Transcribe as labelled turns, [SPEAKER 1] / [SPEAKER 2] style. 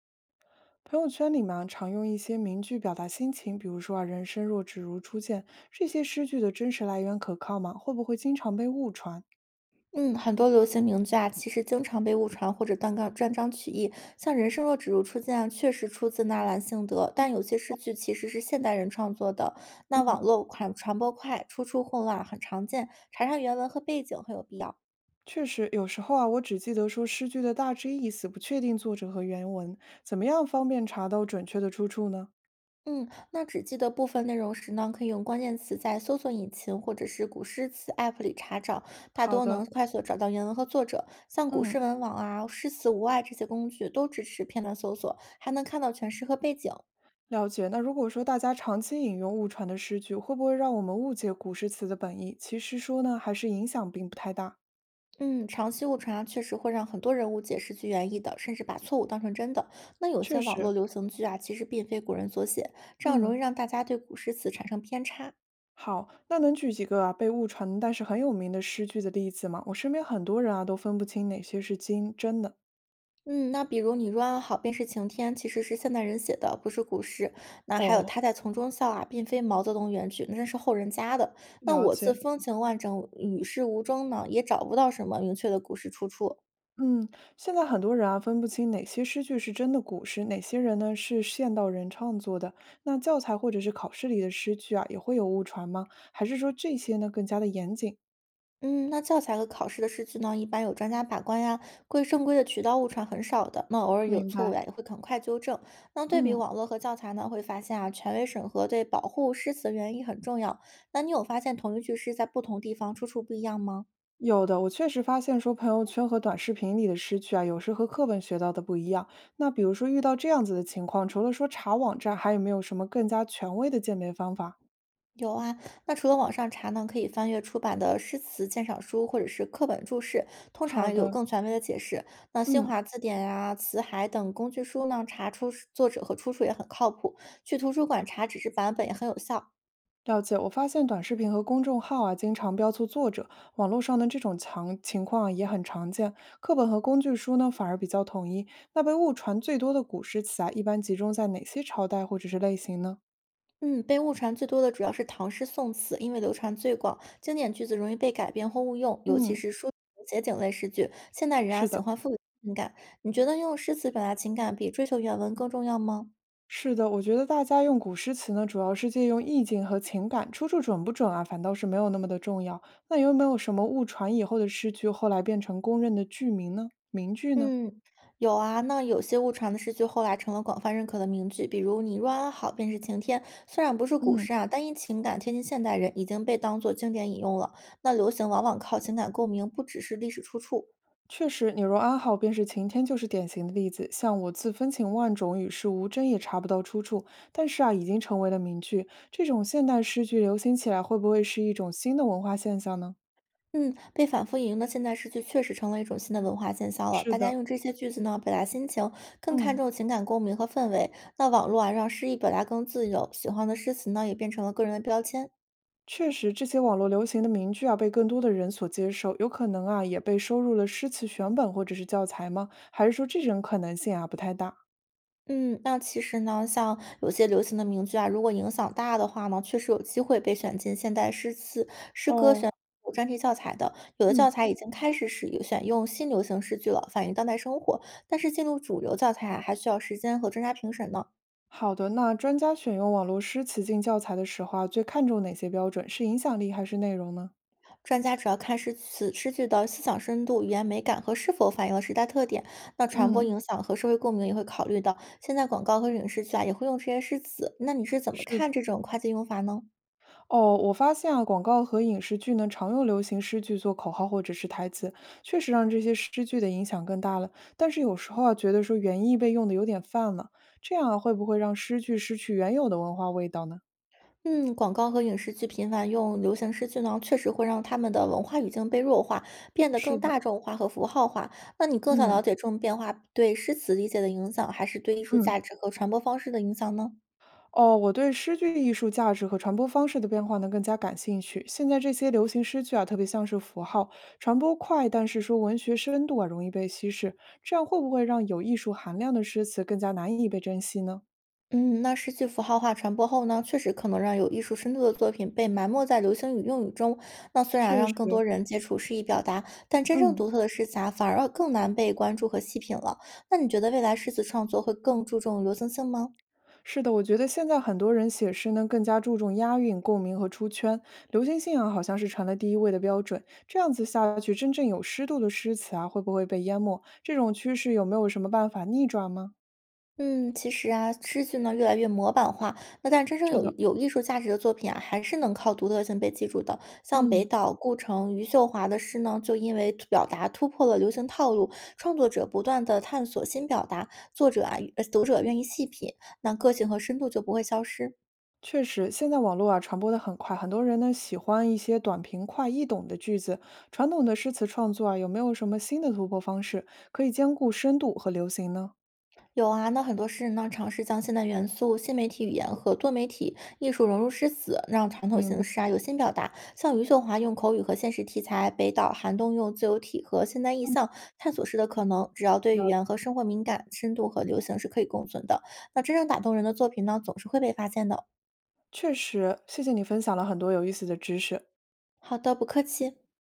[SPEAKER 1] 朋友圈里嘛，常用一些名句表达心情，比如说啊，人生若只如初见，这些诗句的真实来源可靠吗？会不会经常被误传？
[SPEAKER 2] 嗯，很多流行名句啊，其实经常被误传或者断章取义。像“人生若只如初见”啊，确实出自纳兰性德，但有些诗句其实是现代人创作的。那网
[SPEAKER 1] 嗯，
[SPEAKER 2] 络传播快，出处混乱很常见，查查原文和背景很有必要。
[SPEAKER 1] 确实，有时候啊，我只记得说诗句的大致意思，不确定作者和原文，怎么样方便查到准确的出处呢？
[SPEAKER 2] 嗯，那只记得部分内容时呢，可以用关键词在搜索引擎或者是古诗词 App 里查找，大
[SPEAKER 1] 好
[SPEAKER 2] 多能
[SPEAKER 1] 的，
[SPEAKER 2] 快速地找到原文和作者。像古诗
[SPEAKER 1] 嗯，
[SPEAKER 2] 文网啊、诗词无碍这些工具都支持片段搜索，还能看到全诗和背景。
[SPEAKER 1] 了解。那如果说大家长期引用误传的诗句，会不会让我们误解古诗词的本意？其实说呢，还是影响并不太大。
[SPEAKER 2] 嗯，长期误传啊，确实会让很多人误解是句原意的，甚至把错误当成真的。那有
[SPEAKER 1] 确
[SPEAKER 2] 些网络
[SPEAKER 1] 实，
[SPEAKER 2] 流行剧啊，其实并非古人所写，这样容易
[SPEAKER 1] 嗯。
[SPEAKER 2] 让大家对古诗词产生偏差。
[SPEAKER 1] 好，那能举几个啊被误传但是很有名的诗句的例子吗？我身边很多人啊都分不清哪些是经真的。
[SPEAKER 2] 嗯，那比如“你若安好，便是晴天”，其实是现代人写的，不是古诗。那还有
[SPEAKER 1] 哦，
[SPEAKER 2] “他在丛中笑”啊，并非毛泽东原句，那是后人加的。那
[SPEAKER 1] 了
[SPEAKER 2] “我自
[SPEAKER 1] 解。
[SPEAKER 2] 风情万种，与世无争”呢，也找不到什么明确的古诗出处。
[SPEAKER 1] 嗯，现在很多人啊分不清哪些诗句是真的古诗，哪些人呢是现代人创作的。那教材或者是考试里的诗句啊也会有误传吗？还是说这些呢更加的严谨？
[SPEAKER 2] 嗯，那教材和考试的试卷呢，一般有专家把关呀，归正规的渠道误传很少的。那偶尔有
[SPEAKER 1] 明
[SPEAKER 2] 错误
[SPEAKER 1] 白。
[SPEAKER 2] 呀，也会很快纠正。那对比
[SPEAKER 1] 嗯。
[SPEAKER 2] 网络和教材呢，会发现啊，权威审核对保护诗词原意很重要。那你有发现同一句诗在不同地方出处不一样吗？
[SPEAKER 1] 有的，我确实发现说朋友圈和短视频里的诗句啊，有时和课本学到的不一样。那比如说遇到这样子的情况，除了说查网站，还有没有什么更加权威的鉴别方法？
[SPEAKER 2] 有啊，那除了网上查呢，可以翻阅出版的诗词鉴赏书或者是课本注释，通常
[SPEAKER 1] 好
[SPEAKER 2] 也有
[SPEAKER 1] 的，
[SPEAKER 2] 更权威的解释。那新
[SPEAKER 1] 嗯，
[SPEAKER 2] 华字典呀、词海等工具书呢，查出作者和出处也很靠谱。去图书馆查纸质版本也很有效。
[SPEAKER 1] 了解。我发现短视频和公众号啊，经常标错作者，网络上的这种强情况啊也很常见。课本和工具书呢，反而比较统一。那被误传最多的古诗词啊，一般集中在哪些朝代或者是类型呢？
[SPEAKER 2] 嗯，被误传最多的主要是唐诗宋词，因为流传最广，经典句子容易被改编或误用，尤其
[SPEAKER 1] 嗯，
[SPEAKER 2] 是抒情写景类诗句。现代人啊，
[SPEAKER 1] 是
[SPEAKER 2] 喜
[SPEAKER 1] 的。
[SPEAKER 2] 欢赋予情感。你觉得用诗词表达情感比追求原文更重要吗？
[SPEAKER 1] 是的，我觉得大家用古诗词呢，主要是借用意境和情感，出处准不准啊，反倒是没有那么的重要。那有没有什么误传以后的诗句，后来变成公认的句名呢？名句呢？
[SPEAKER 2] 嗯，有啊，那有些误传的诗句后来成了广泛认可的名句，比如“你若安好，便是晴天”。虽然不是古
[SPEAKER 1] 嗯，
[SPEAKER 2] 诗啊，但因情感贴近现代人，已经被当作经典引用了。那流行往往靠情感共鸣，不只是历史出处。
[SPEAKER 1] 确实，你若安好，便是晴天，就是典型的例子。像我自风情万种，与世无争，也查不到出处，但是啊，已经成为了名句。这种现代诗句流行起来，会不会是一种新的文化现象呢？
[SPEAKER 2] 嗯，被反复引用的现代诗句确实成为一种新的文化现象了。
[SPEAKER 1] 是
[SPEAKER 2] 大家
[SPEAKER 1] 的，
[SPEAKER 2] 用这些句子呢表达心情，更看
[SPEAKER 1] 嗯。
[SPEAKER 2] 重情感共鸣和氛围。那网络啊，让诗意表达更自由，喜欢的诗词呢也变成了个人的标签。
[SPEAKER 1] 确实，这些网络流行的名句啊，被更多的人所接受，有可能啊，也被收入了诗词选本或者是教材吗？还是说这种可能性啊不太大？
[SPEAKER 2] 嗯，那其实呢，像有些流行的名句啊，如果影响大的话呢，确实有机会被选进现代诗词
[SPEAKER 1] 哦，
[SPEAKER 2] 有专题教材的。有的教
[SPEAKER 1] 嗯，
[SPEAKER 2] 材已经开始使用选用新流行诗句了，反映当代生活。但是进入主流教材啊，还需要时间和专家评审呢。
[SPEAKER 1] 好的。那专家选用网络诗词进教材的时候啊，最看重哪些标准？是影响力还是内容呢？
[SPEAKER 2] 专家主要看诗词诗句的思想深度、语言美感和是否反映了时代特点。那传播
[SPEAKER 1] 嗯，
[SPEAKER 2] 影响和社会共鸣也会考虑到。现在广告和影视剧啊也会用这些诗词，那你是怎么
[SPEAKER 1] 是的。
[SPEAKER 2] 看这种跨界用法呢？
[SPEAKER 1] 哦，我发现啊，广告和影视剧呢，常用流行诗句做口号或者是台词，确实让这些诗句的影响更大了。但是有时候啊，觉得说原意被用的有点泛了，这样啊，会不会让诗句失去原有的文化味道呢？
[SPEAKER 2] 嗯，广告和影视剧频繁用流行诗句呢，确实会让他们的文化语境被弱化，变得
[SPEAKER 1] 是
[SPEAKER 2] 更大
[SPEAKER 1] 的，
[SPEAKER 2] 众化和符号化。那你更想了
[SPEAKER 1] 嗯
[SPEAKER 2] 解这种变化对诗词理解的影响，还是对艺术价
[SPEAKER 1] 嗯。
[SPEAKER 2] 值和传播方式的影响呢？
[SPEAKER 1] 哦，我对诗句艺术价值和传播方式的变化呢更加感兴趣。现在这些流行诗句啊，特别像是符号，传播快，但是说文学深度啊容易被稀释，这样会不会让有艺术含量的诗词更加难以被珍惜呢？
[SPEAKER 2] 嗯，那失去符号化传播后呢，确实可能让有艺术深度的作品被埋没在流行语用语中。那虽然
[SPEAKER 1] 确
[SPEAKER 2] 让更多
[SPEAKER 1] 实，
[SPEAKER 2] 人接触诗意表达，但真正
[SPEAKER 1] 嗯，
[SPEAKER 2] 独特的诗词啊反而更难被关注和细品了。那你觉得未来诗词创作会更注重流行性吗？
[SPEAKER 1] 是的，我觉得现在很多人写诗呢，更加注重押韵、共鸣和出圈，流行性啊，好像是成了第一位的标准。这样子下去，真正有湿度的诗词啊，会不会被淹没？这种趋势有没有什么办法逆转吗？
[SPEAKER 2] 嗯，其实啊，诗句呢越来越模板化，那但真正
[SPEAKER 1] 是
[SPEAKER 2] 有
[SPEAKER 1] 的，
[SPEAKER 2] 有艺术价值的作品啊，还是能靠独特性被记住的。像北
[SPEAKER 1] 嗯，
[SPEAKER 2] 岛、顾城、余秀华的诗呢，就因为表达突破了流行套路，创作者不断的探索新表达，作者啊，读者愿意细品，那个性和深度就不会消失。
[SPEAKER 1] 确实，现在网络啊传播的很快，很多人呢喜欢一些短平快易懂的句子。传统的诗词创作啊，有没有什么新的突破方式，可以兼顾深度和流行呢？
[SPEAKER 2] 有啊，那很多诗人呢，尝试将现代元素、新媒体语言和多媒体艺术融入诗词，让传统
[SPEAKER 1] 明
[SPEAKER 2] 形
[SPEAKER 1] 白，
[SPEAKER 2] 式啊有新表达。像余秀华用口语和现实题材，北岛、寒冬用自由体和现代意象探索诗的可能。只要对语
[SPEAKER 1] 了
[SPEAKER 2] 言
[SPEAKER 1] 解，
[SPEAKER 2] 和生活敏感，深度和流行是可以共存的。那真正打动人的作品呢，总是会被发现的。
[SPEAKER 1] 确实，谢谢你分享了很多有意思的知识。
[SPEAKER 2] 好的，不客气。